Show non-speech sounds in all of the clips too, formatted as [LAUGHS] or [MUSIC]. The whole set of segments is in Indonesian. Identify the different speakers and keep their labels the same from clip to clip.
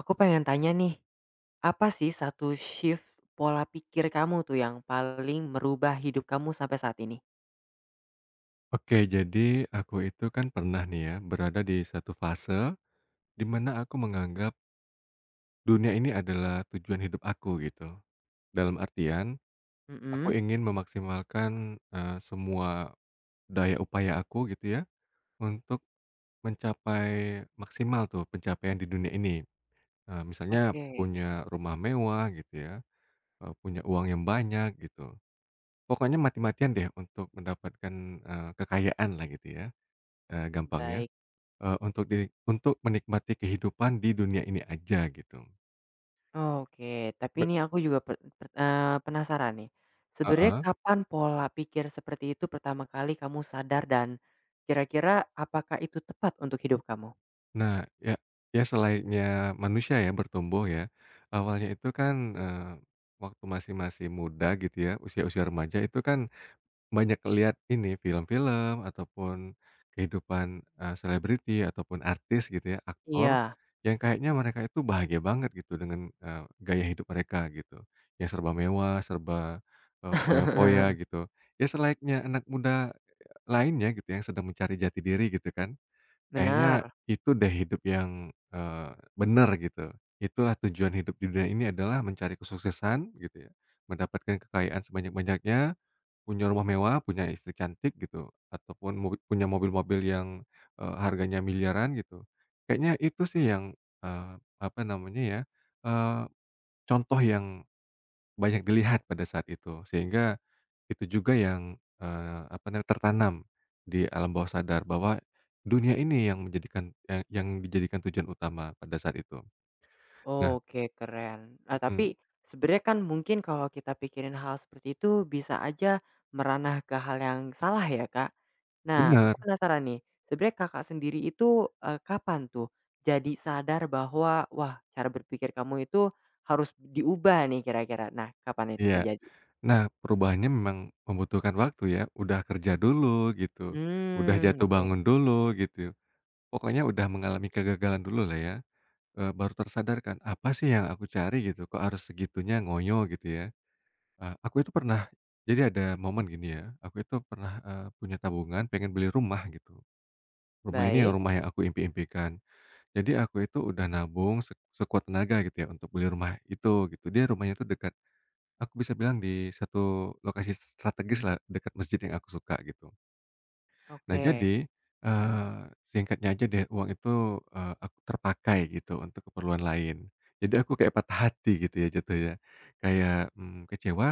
Speaker 1: Aku pengen tanya nih, apa sih satu shift pola pikir kamu tuh yang paling merubah hidup kamu sampai saat ini?
Speaker 2: Oke, jadi aku itu kan pernah nih ya, berada di satu fase di mana aku menganggap dunia ini adalah tujuan hidup aku gitu. Dalam artian, aku
Speaker 1: Mhm.
Speaker 2: ingin memaksimalkan semua daya upaya aku gitu ya, untuk mencapai maksimal tuh pencapaian di dunia ini. Misalnya
Speaker 1: Oke.
Speaker 2: punya rumah mewah gitu ya, punya uang yang banyak gitu. Pokoknya mati-matian deh untuk mendapatkan, kekayaan lah gitu ya, gampangnya.
Speaker 1: Baik.
Speaker 2: Untuk menikmati kehidupan di dunia ini aja gitu.
Speaker 1: Oke, tapi
Speaker 2: Be
Speaker 1: ini aku juga pe pe eee, penasaran nih. Sebenarnya
Speaker 2: heeh.
Speaker 1: kapan pola pikir seperti itu pertama kali kamu sadar dan kira-kira apakah itu tepat untuk hidup kamu?
Speaker 2: Nah, ya ya selainnya manusia ya bertumbuh ya, awalnya itu kan, eee, waktu masih-masih muda gitu ya, usia-usia remaja itu kan banyak lihat ini, film-film ataupun kehidupan, selebriti ataupun artis gitu ya, aktor,
Speaker 1: Iya.
Speaker 2: yang kayaknya mereka itu bahagia banget gitu dengan, gaya hidup mereka gitu, yang serba mewah, serba, foya-foya
Speaker 1: [LAUGHS]
Speaker 2: gitu. Ya selayaknya anak muda lainnya gitu yang sedang mencari jati diri gitu kan. Kayaknya
Speaker 1: Benar.
Speaker 2: itu deh hidup yang, eee, bener gitu. Itulah tujuan hidup di dunia ini adalah mencari kesuksesan gitu ya, mendapatkan kekayaan sebanyak-banyaknya. Punya rumah mewah, punya istri cantik gitu, ataupun punya mobil-mobil yang, harganya miliaran gitu. Kayaknya itu sih yang, apa namanya ya, eee, contoh yang banyak dilihat pada saat itu. Sehingga itu juga yang, apa namanya, tertanam di alam bawah sadar bahwa dunia ini yang menjadikan yang dijadikan tujuan utama pada saat itu. Nah,
Speaker 1: Oke, keren. Nah,
Speaker 2: mhm,
Speaker 1: tapi sebenarnya kan mungkin kalau kita pikirin hal seperti itu bisa aja meranah ke hal yang salah ya, Kak. Nah, aku
Speaker 2: bener,
Speaker 1: penasaran nih, sebenarnya Kakak sendiri itu, kapan tuh jadi sadar bahwa, wah, cara berpikir kamu itu harus diubah nih kira-kira? Nah, kapan itu
Speaker 2: iya.
Speaker 1: terjadi?
Speaker 2: Nah, perubahannya memang membutuhkan waktu ya, udah kerja dulu gitu, udah
Speaker 1: Hmm.
Speaker 2: jatuh
Speaker 1: oke.
Speaker 2: bangun dulu gitu, pokoknya udah mengalami kegagalan dulu lah ya, baru tersadarkan, "Apa sih yang aku cari gitu, kok harus segitunya ngoyo?" Gitu ya. Aku itu pernah jadi ada momen gini ya, aku itu pernah, punya tabungan pengen beli rumah gitu,
Speaker 1: Baik,
Speaker 2: rumah yang aku impi-impikan. Jadi aku itu udah nabung sekuat tenaga gitu ya untuk beli rumah itu gitu, dia rumahnya itu dekat. Aku bisa bilang di satu lokasi strategis lah dekat masjid yang aku suka gitu. Nah
Speaker 1: oke.
Speaker 2: jadi, eee, singkatnya aja deh uang itu, aku terpakai gitu untuk keperluan lain. Jadi aku kayak patah hati gitu ya jatuhnya. Kayak, kecewa,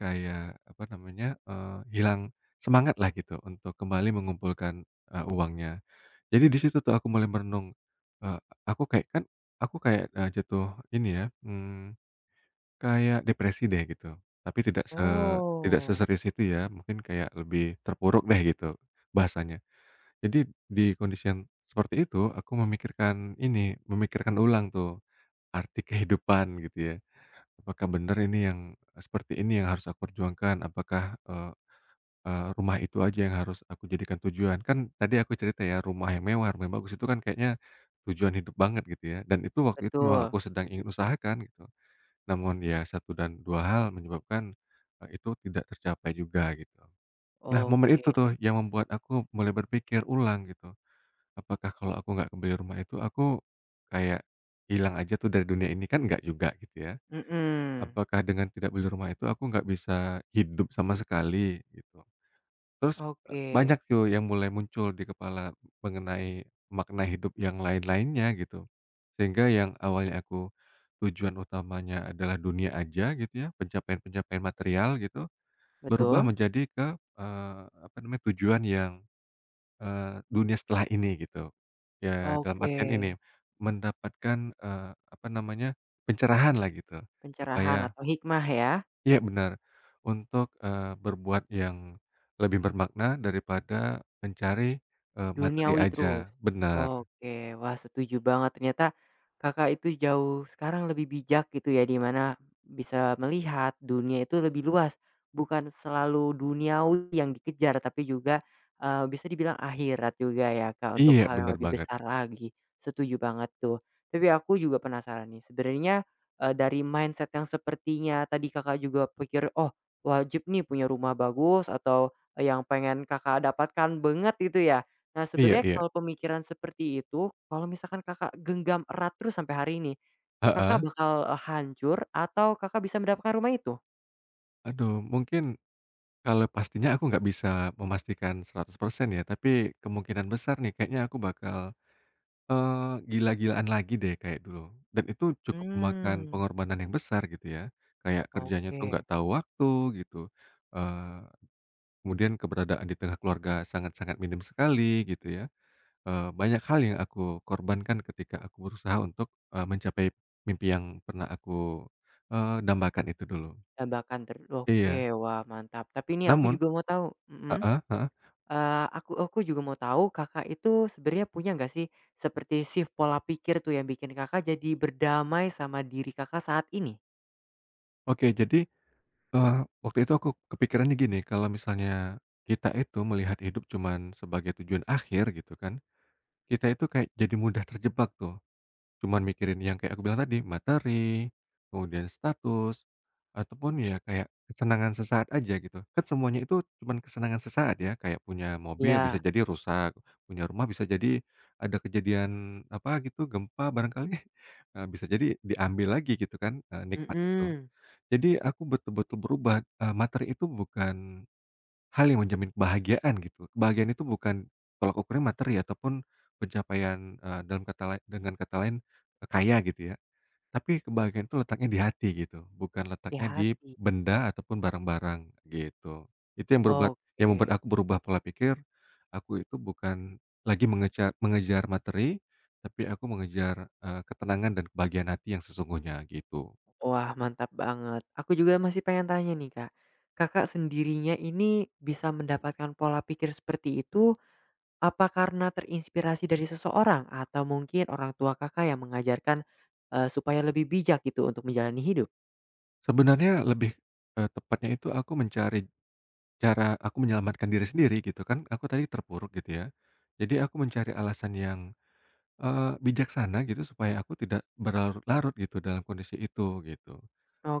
Speaker 2: kayak apa namanya, hilang semangat lah gitu untuk kembali mengumpulkan, uangnya. Jadi di situ tuh aku mulai merenung, eee, aku kayak kan aku kayak, jatuh ini ya. Kayak depresi deh gitu, tapi tidak
Speaker 1: Oh,
Speaker 2: seserius itu ya, mungkin kayak lebih terpuruk deh gitu bahasanya. Jadi di kondisi yang seperti itu, aku memikirkan ini, memikirkan ulang tuh arti [LAUGHS] kehidupan gitu ya. Apakah benar ini yang seperti ini yang harus aku perjuangkan? Apakah, eee eee, rumah itu aja yang harus aku jadikan tujuan? Kan tadi aku cerita ya rumah yang mewah, rumah yang bagus itu kan kayaknya tujuan hidup banget gitu ya, dan itu waktu itu memang aku
Speaker 1: betul.
Speaker 2: sedang ingin usahakan gitu. Namun ya, satu dan 2 hal menyebabkan, itu tidak tercapai juga gitu. Nah, momen itu
Speaker 1: Oke.
Speaker 2: tuh yang membuat aku mulai berpikir ulang gitu, apakah kalau aku nggak kembali rumah itu aku kayak hilang aja tuh dari dunia ini? Kan nggak juga gitu ya.
Speaker 1: Mhm.
Speaker 2: Apakah dengan tidak beli rumah itu aku nggak bisa hidup sama sekali gitu? Terus,
Speaker 1: Oke.
Speaker 2: banyak tuh yang mulai muncul di kepala mengenai makna hidup yang lain-lainnya gitu. Sehingga yang awalnya aku tujuan utamanya adalah dunia aja gitu ya, pencapaian-pencapaian material gitu, berubah
Speaker 1: Betul?
Speaker 2: menjadi ke, apa namanya, tujuan yang, dunia setelah ini gitu. Ya dalam
Speaker 1: Oke.
Speaker 2: artian ini, mendapatkan, apa namanya, pencerahan lah gitu,
Speaker 1: Pencerahan
Speaker 2: supaya.
Speaker 1: atau hikmah ya?
Speaker 2: Iya benar, untuk, berbuat yang lebih bermakna daripada mencari, materi
Speaker 1: Duniawi
Speaker 2: aja,
Speaker 1: terus.
Speaker 2: benar.
Speaker 1: Oke, wah setuju banget ternyata Kakak itu jauh sekarang lebih bijak gitu ya, di mana bisa melihat dunia itu lebih luas, bukan selalu duniawi yang dikejar tapi juga, bisa dibilang akhirat juga ya, Kak, untuk
Speaker 2: Iya
Speaker 1: hal yang
Speaker 2: benar
Speaker 1: lebih
Speaker 2: banget,
Speaker 1: besar lagi. Setuju banget tuh. Tapi aku juga penasaran nih sebenarnya, dari mindset yang sepertinya tadi Kakak juga pikir, "Oh, wajib nih punya rumah bagus," atau eh, yang pengen Kakak dapatkan banget gitu ya? Nah,
Speaker 2: iya
Speaker 1: sebenarnya
Speaker 2: iya,
Speaker 1: kalau pemikiran seperti itu, kalau misalkan Kakak genggam erat terus sampai hari ini, Kakak
Speaker 2: heeh.
Speaker 1: bakal, hancur atau Kakak bisa mendapatkan rumah itu?
Speaker 2: Aduh mungkin kalau pastinya aku nggak bisa memastikan 100% ya, tapi kemungkinan besar nih kayaknya aku bakal, eee, gila-gilaan lagi deh kayak dulu, dan itu cukup memakan
Speaker 1: hmm
Speaker 2: pengorbanan yang besar gitu ya, kayak kerjanya tuh
Speaker 1: oke.
Speaker 2: nggak tahu waktu gitu. Kemudian keberadaan di tengah keluarga sangat-sangat minim sekali gitu ya, banyak hal yang aku korbankan ketika aku berusaha untuk, mencapai mimpi yang pernah aku, dambakan itu dulu.
Speaker 1: Tambahkan oke,
Speaker 2: Iya,
Speaker 1: wah, mantap. Tapi ini aku
Speaker 2: namun
Speaker 1: juga mau tahu, mhm,
Speaker 2: heeh heeh.
Speaker 1: aku juga mau tahu Kakak itu sebenarnya punya nggak sih seperti shift pola pikir tuh yang bikin Kakak jadi berdamai sama diri Kakak saat ini?
Speaker 2: Oke jadi, eee, waktu itu aku kepikirannya gini, kalau misalnya kita itu melihat hidup cuman sebagai tujuan akhir gitu kan, kita itu kayak jadi mudah terjebak tuh. Cuman mikirin yang kayak aku bilang tadi, materi, kemudian status, ataupun ya kayak kesenangan sesaat aja gitu. Kan semuanya itu cuman kesenangan sesaat ya, kayak punya mobil bisa
Speaker 1: Ya.
Speaker 2: jadi rusak, punya rumah bisa jadi ada kejadian apa gitu, gempa barangkali, [LAUGHS] bisa jadi diambil lagi gitu kan, nikmat itu.
Speaker 1: Mhm.
Speaker 2: Jadi aku betul-betul berubah, materi itu bukan hal yang menjamin kebahagiaan gitu. Kebahagiaan itu bukan tolak ukurnya materi ataupun pencapaian, dalam kata lai dengan kata lain, kaya gitu ya. Tapi kebahagiaan itu letaknya di hati gitu, bukan
Speaker 1: Di
Speaker 2: letaknya di
Speaker 1: hati.
Speaker 2: benda ataupun barang-barang gitu. Itu yang membuat
Speaker 1: Oke.
Speaker 2: aku berubah pola pikir, aku itu bukan lagi mengejar materi, tapi aku mengejar, ketenangan dan kebahagiaan hati yang sesungguhnya gitu.
Speaker 1: Wah, mantap banget. Aku juga masih pengen tanya nih, Kak. Kakak sendirinya ini bisa mendapatkan pola pikir seperti itu apa karena terinspirasi dari seseorang atau mungkin orang tua Kakak yang mengajarkan, supaya lebih bijak gitu untuk menjalani hidup?
Speaker 2: Sebenarnya lebih, tepatnya itu aku mencari cara aku menyelamatkan diri sendiri gitu kan, aku tadi terpuruk gitu ya. Jadi aku mencari alasan yang, bijaksana gitu supaya aku tidak berlarut-larut gitu dalam kondisi itu, gitu.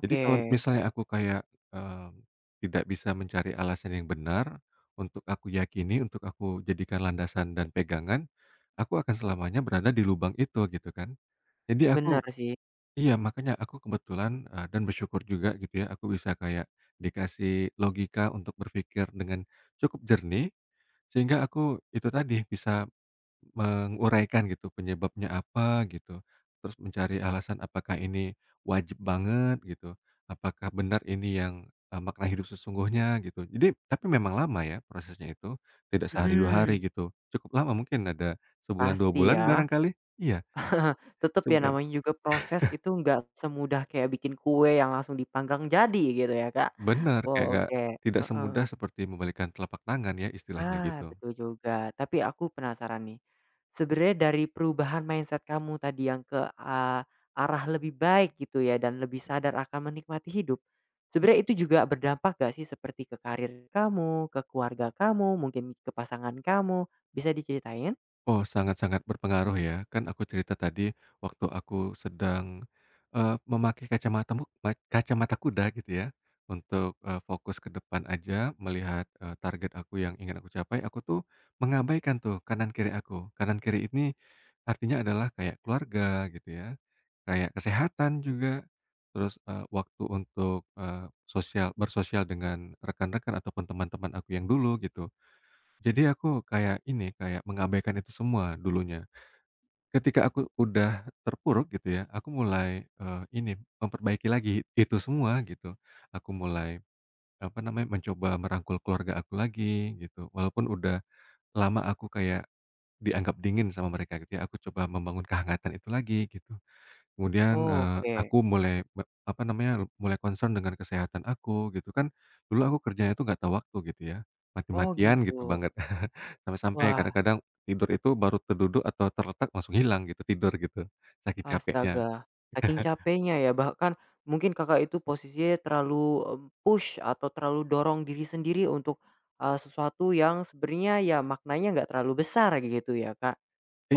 Speaker 2: Jadi kalau misalnya aku kayak, eee, tidak bisa mencari alasan yang benar untuk aku yakini, untuk aku jadikan landasan dan pegangan, aku akan selamanya berada di lubang itu gitu kan. Jadi aku.
Speaker 1: benar sih.
Speaker 2: Iya, makanya aku kebetulan, dan bersyukur juga gitu ya, aku bisa kayak dikasih logika untuk berpikir dengan cukup jernih, sehingga aku itu tadi, bisa menguraikan gitu penyebabnya apa gitu, terus mencari alasan apakah ini wajib banget gitu, apakah benar ini yang, makna hidup sesungguhnya gitu. Jadi tapi memang lama ya prosesnya itu, tidak sehari 2 hari
Speaker 1: Mhm,
Speaker 2: gitu, cukup lama mungkin ada sebulan 2
Speaker 1: pasti
Speaker 2: bulan
Speaker 1: ya.
Speaker 2: barangkali. Iya,
Speaker 1: Tetap ya
Speaker 2: sebulan.
Speaker 1: namanya juga proses itu nggak semudah kayak bikin kue yang langsung dipanggang jadi gitu ya, Kak.
Speaker 2: Bener, kayak nggak
Speaker 1: Oke.
Speaker 2: tidak semudah seperti membalikan telapak tangan ya, istilahnya gitu.
Speaker 1: Ah, betul juga. Tapi aku penasaran nih, sebenarnya dari perubahan mindset kamu tadi yang ke eee, arah lebih baik gitu ya dan lebih sadar akan menikmati hidup, sebenarnya itu juga berdampak gak sih seperti ke karir kamu, ke keluarga kamu, mungkin ke pasangan kamu, bisa diceritain?
Speaker 2: Oh, sangat-sangat berpengaruh ya. Kan aku cerita tadi waktu aku sedang, memakai kacamata mu ma kacamata kuda gitu ya, untuk, fokus ke depan aja melihat, target aku yang ingin aku capai, aku tuh mengabaikan tuh kanan kiri aku. Kanan kiri ini artinya adalah kayak keluarga gitu ya, kayak kesehatan juga, terus, waktu untuk, bersosial dengan rekan-rekan ataupun teman-teman aku yang dulu gitu. Jadi aku kayak ini, kayak mengabaikan itu semua dulunya. Ketika aku udah terpuruk gitu ya, aku mulai, ini, memperbaiki lagi itu semua gitu. Aku mulai, apa namanya, mencoba merangkul keluarga aku lagi gitu. Walaupun udah lama aku kayak dianggap dingin sama mereka gitu ya, aku coba membangun kehangatan itu lagi gitu. Kemudian,
Speaker 1: Oke.
Speaker 2: aku mulai me apa namanya, mulai concern dengan kesehatan aku gitu kan. Dulu aku kerjanya itu nggak tahu waktu gitu ya,
Speaker 1: Oh
Speaker 2: mati-matian
Speaker 1: gitu.
Speaker 2: gitu banget. [LAUGHS] Sampai-sampai
Speaker 1: Wah.
Speaker 2: kadang-kadang tidur itu baru terduduk atau terletak langsung hilang gitu, tidur gitu, saking capeknya.
Speaker 1: Astaga, saking
Speaker 2: [LAUGHS]
Speaker 1: capeknya ya, bahkan mungkin Kakak itu posisinya terlalu, push atau terlalu dorong diri sendiri untuk, sesuatu yang sebenarnya ya maknanya nggak terlalu besar gitu ya, Kak.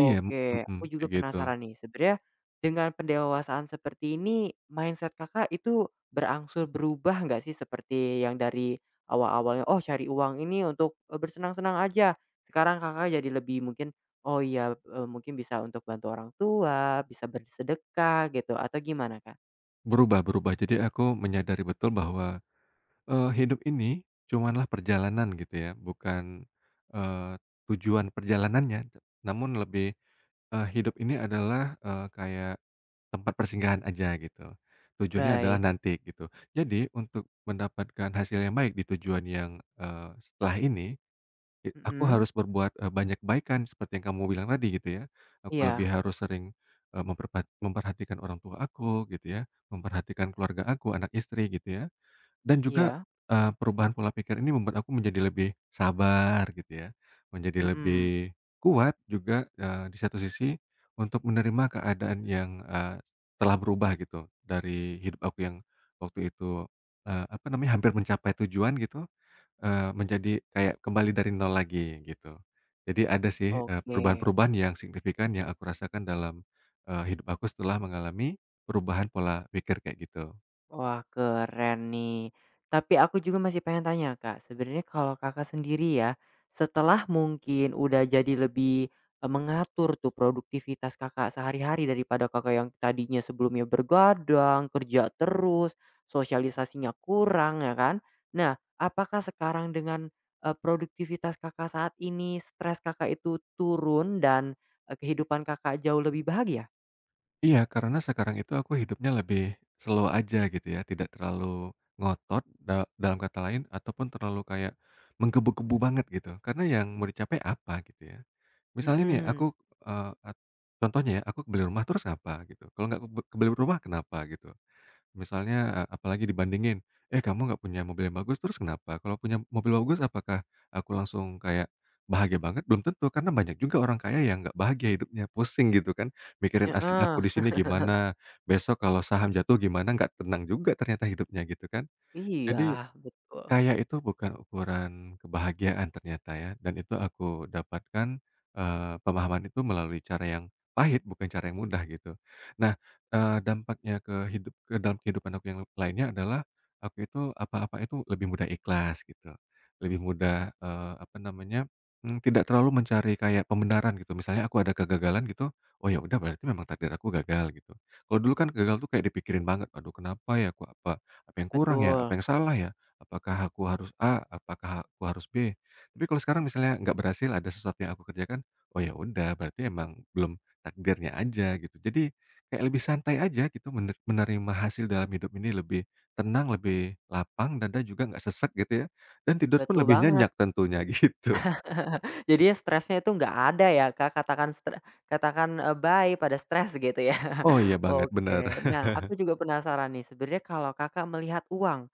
Speaker 2: Iya, mhm,
Speaker 1: aku juga
Speaker 2: kayak gitu.
Speaker 1: penasaran nih, sebenarnya dengan pendewasaan seperti ini, mindset Kakak itu berangsur berubah nggak sih? Seperti yang dari awal-awalnya, "Oh, cari uang ini untuk, bersenang-senang aja." Sekarang Kakak jadi lebih mungkin, "Oh iya, mungkin bisa untuk bantu orang tua, bisa bersedekah," gitu, atau gimana, Kak?
Speaker 2: Berubah berubah, jadi aku menyadari betul bahwa, hidup ini cumanlah perjalanan gitu ya, bukan, eee, tujuan perjalanannya, namun lebih, hidup ini adalah, kayak tempat persinggahan aja gitu. Tujuannya adalah
Speaker 1: Baik,
Speaker 2: nanti gitu. Jadi untuk mendapatkan hasil yang baik di tujuan yang, setelah ini, aku
Speaker 1: mhm,
Speaker 2: harus berbuat, banyak kebaikan seperti yang kamu bilang tadi gitu ya. Aku lebih
Speaker 1: iya,
Speaker 2: harus sering, memperhatikan orang tua aku gitu ya, memperhatikan keluarga aku, anak istri gitu ya. Dan juga,
Speaker 1: iya,
Speaker 2: perubahan pola pikir ini membuat aku menjadi lebih sabar gitu ya, menjadi
Speaker 1: mhm,
Speaker 2: lebih kuat juga, di satu sisi untuk menerima keadaan yang, telah berubah gitu dari hidup aku yang waktu itu, apa namanya, hampir mencapai tujuan gitu, menjadi kayak kembali dari nol lagi gitu. Jadi ada sih,
Speaker 1: oke.
Speaker 2: perubahan-perubahan yang signifikan yang aku rasakan dalam, hidup aku setelah mengalami perubahan pola pikir kayak gitu.
Speaker 1: Wah, keren nih. Tapi aku juga masih pengen tanya, Kak. Sebenarnya kalau Kakak sendiri ya, setelah mungkin udah jadi lebih eh, mengatur tuh produktivitas Kakak sehari-hari daripada Kakak yang tadinya sebelumnya bergadang, kerja terus, sosialisasinya kurang ya kan? Nah, apakah sekarang dengan eh, produktivitas Kakak saat ini stres Kakak itu turun dan eh, kehidupan Kakak jauh lebih bahagia?
Speaker 2: Iya, karena sekarang itu aku hidupnya lebih slow aja gitu ya, tidak terlalu ngotot dalam kata lain ataupun terlalu kayak menggebu-gebu banget gitu, karena yang mau dicapai apa gitu ya. Misalnya nih aku,
Speaker 1: Mm-mm.
Speaker 2: eee, at contohnya ya, aku beli rumah terus apa gitu, kalau nggak kebeli rumah kenapa gitu. Misalnya, apalagi dibandingin, "Eh, kamu nggak punya mobil yang bagus, terus kenapa? Kalau punya mobil bagus apakah aku langsung kayak bahagia banget?" Belum tentu, karena banyak juga orang kaya yang nggak bahagia hidupnya, pusing gitu kan, mikirin aset aku di
Speaker 1: Heeh.
Speaker 2: sini gimana, besok kalau saham jatuh gimana, nggak tenang juga ternyata hidupnya gitu kan. Jadi
Speaker 1: Iya, betul.
Speaker 2: kaya itu bukan ukuran kebahagiaan ternyata ya, dan itu aku dapatkan, pemahaman itu melalui cara yang pahit, bukan cara yang mudah gitu. Nah, dampaknya ke dalam kehidupan aku yang lainnya adalah, aku itu apa-apa itu lebih mudah ikhlas gitu, lebih mudah, apa namanya, tidak terlalu mencari kayak pembenaran gitu. Misalnya aku ada kegagalan gitu, oh ya udah berarti memang takdir aku gagal gitu. Kalau dulu kan gagal tuh kayak dipikirin banget, "Aduh kenapa ya? Aku apa apa yang kurang ya?
Speaker 1: Betul,
Speaker 2: Apa yang salah ya?" Apakah aku harus A, apakah aku harus B? Tapi kalau sekarang misalnya nggak berhasil, ada sesuatu yang aku kerjakan, oh ya udah berarti emang belum takdirnya aja gitu. Jadi kayak lebih santai aja gitu menerima hasil dalam hidup ini lebih tenang, lebih lapang, dada juga nggak sesek gitu ya, dan tidur pun
Speaker 1: betul
Speaker 2: lebih
Speaker 1: banget.
Speaker 2: nyenyak tentunya [LAUGHS] gitu.
Speaker 1: [LAUGHS] Jadinya stresnya itu nggak ada ya, Kak, katakan, bye pada stres gitu ya.
Speaker 2: Oh iya
Speaker 1: [LAUGHS]
Speaker 2: banget, benar.
Speaker 1: Oke, nah aku juga penasaran nih, sebenarnya kalau Kakak melihat uang.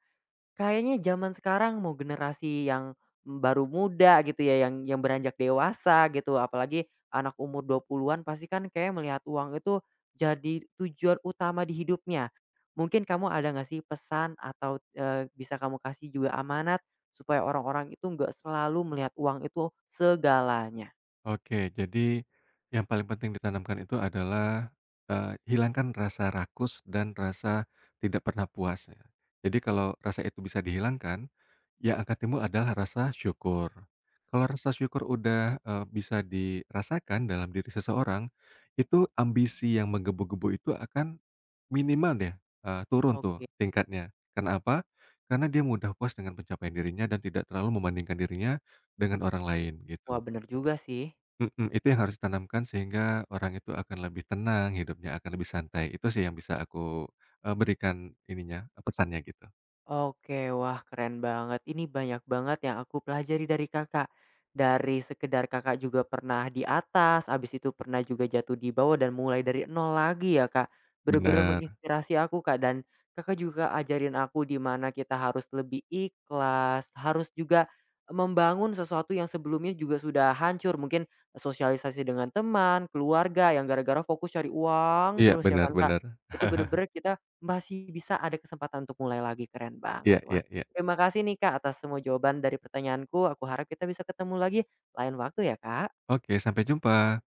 Speaker 1: Kayaknya zaman sekarang mau generasi yang, baru muda gitu ya, yang beranjak dewasa gitu, apalagi anak umur 20-an pasti kan kayak melihat uang itu jadi tujuan utama di hidupnya. Mungkin kamu ada nggak sih pesan atau, bisa kamu kasih juga amanat supaya orang-orang itu nggak selalu melihat uang itu segalanya?
Speaker 2: Oke, jadi yang paling penting ditanamkan itu adalah, hilangkan rasa rakus dan rasa tidak pernah puas ya. Jadi kalau rasa itu bisa dihilangkan, yang akan timbul adalah rasa syukur. Kalau rasa syukur udah, bisa dirasakan dalam diri seseorang, itu ambisi yang menggebu-gebu itu akan minimal deh, turun tuh
Speaker 1: Oke,
Speaker 2: tingkatnya. Karena apa? Karena dia mudah puas dengan pencapaian dirinya dan tidak terlalu membandingkan dirinya dengan orang lain
Speaker 1: wah
Speaker 2: gitu.
Speaker 1: bener juga sih.
Speaker 2: Mhm, itu yang harus ditanamkan sehingga orang itu akan lebih tenang, hidupnya akan lebih santai. Itu sih yang bisa aku, berikan ininya, pesannya gitu.
Speaker 1: Oke, wah keren banget. Ini banyak banget yang aku pelajari dari Kakak. Dari sekedar Kakak juga pernah di atas, abis itu pernah juga jatuh di bawah dan mulai dari nol lagi ya, Kak. Bener-bener
Speaker 2: Bener.
Speaker 1: menginspirasi aku, Kak, dan Kakak juga ajarin aku di mana kita harus lebih ikhlas, harus juga membangun sesuatu yang sebelumnya juga sudah hancur. Mungkin sosialisasi dengan teman, keluarga yang gara-gara fokus cari uang
Speaker 2: Iya,
Speaker 1: terus ya
Speaker 2: bener
Speaker 1: kan, Kak.
Speaker 2: bener.
Speaker 1: Itu bener-bener kita masih bisa ada kesempatan untuk mulai lagi, keren
Speaker 2: Iya
Speaker 1: banget. Wah,
Speaker 2: iya iya.
Speaker 1: terima kasih nih Kak atas semua jawaban dari pertanyaanku, aku harap kita bisa ketemu lagi lain waktu ya Kak.
Speaker 2: Oke, sampai jumpa.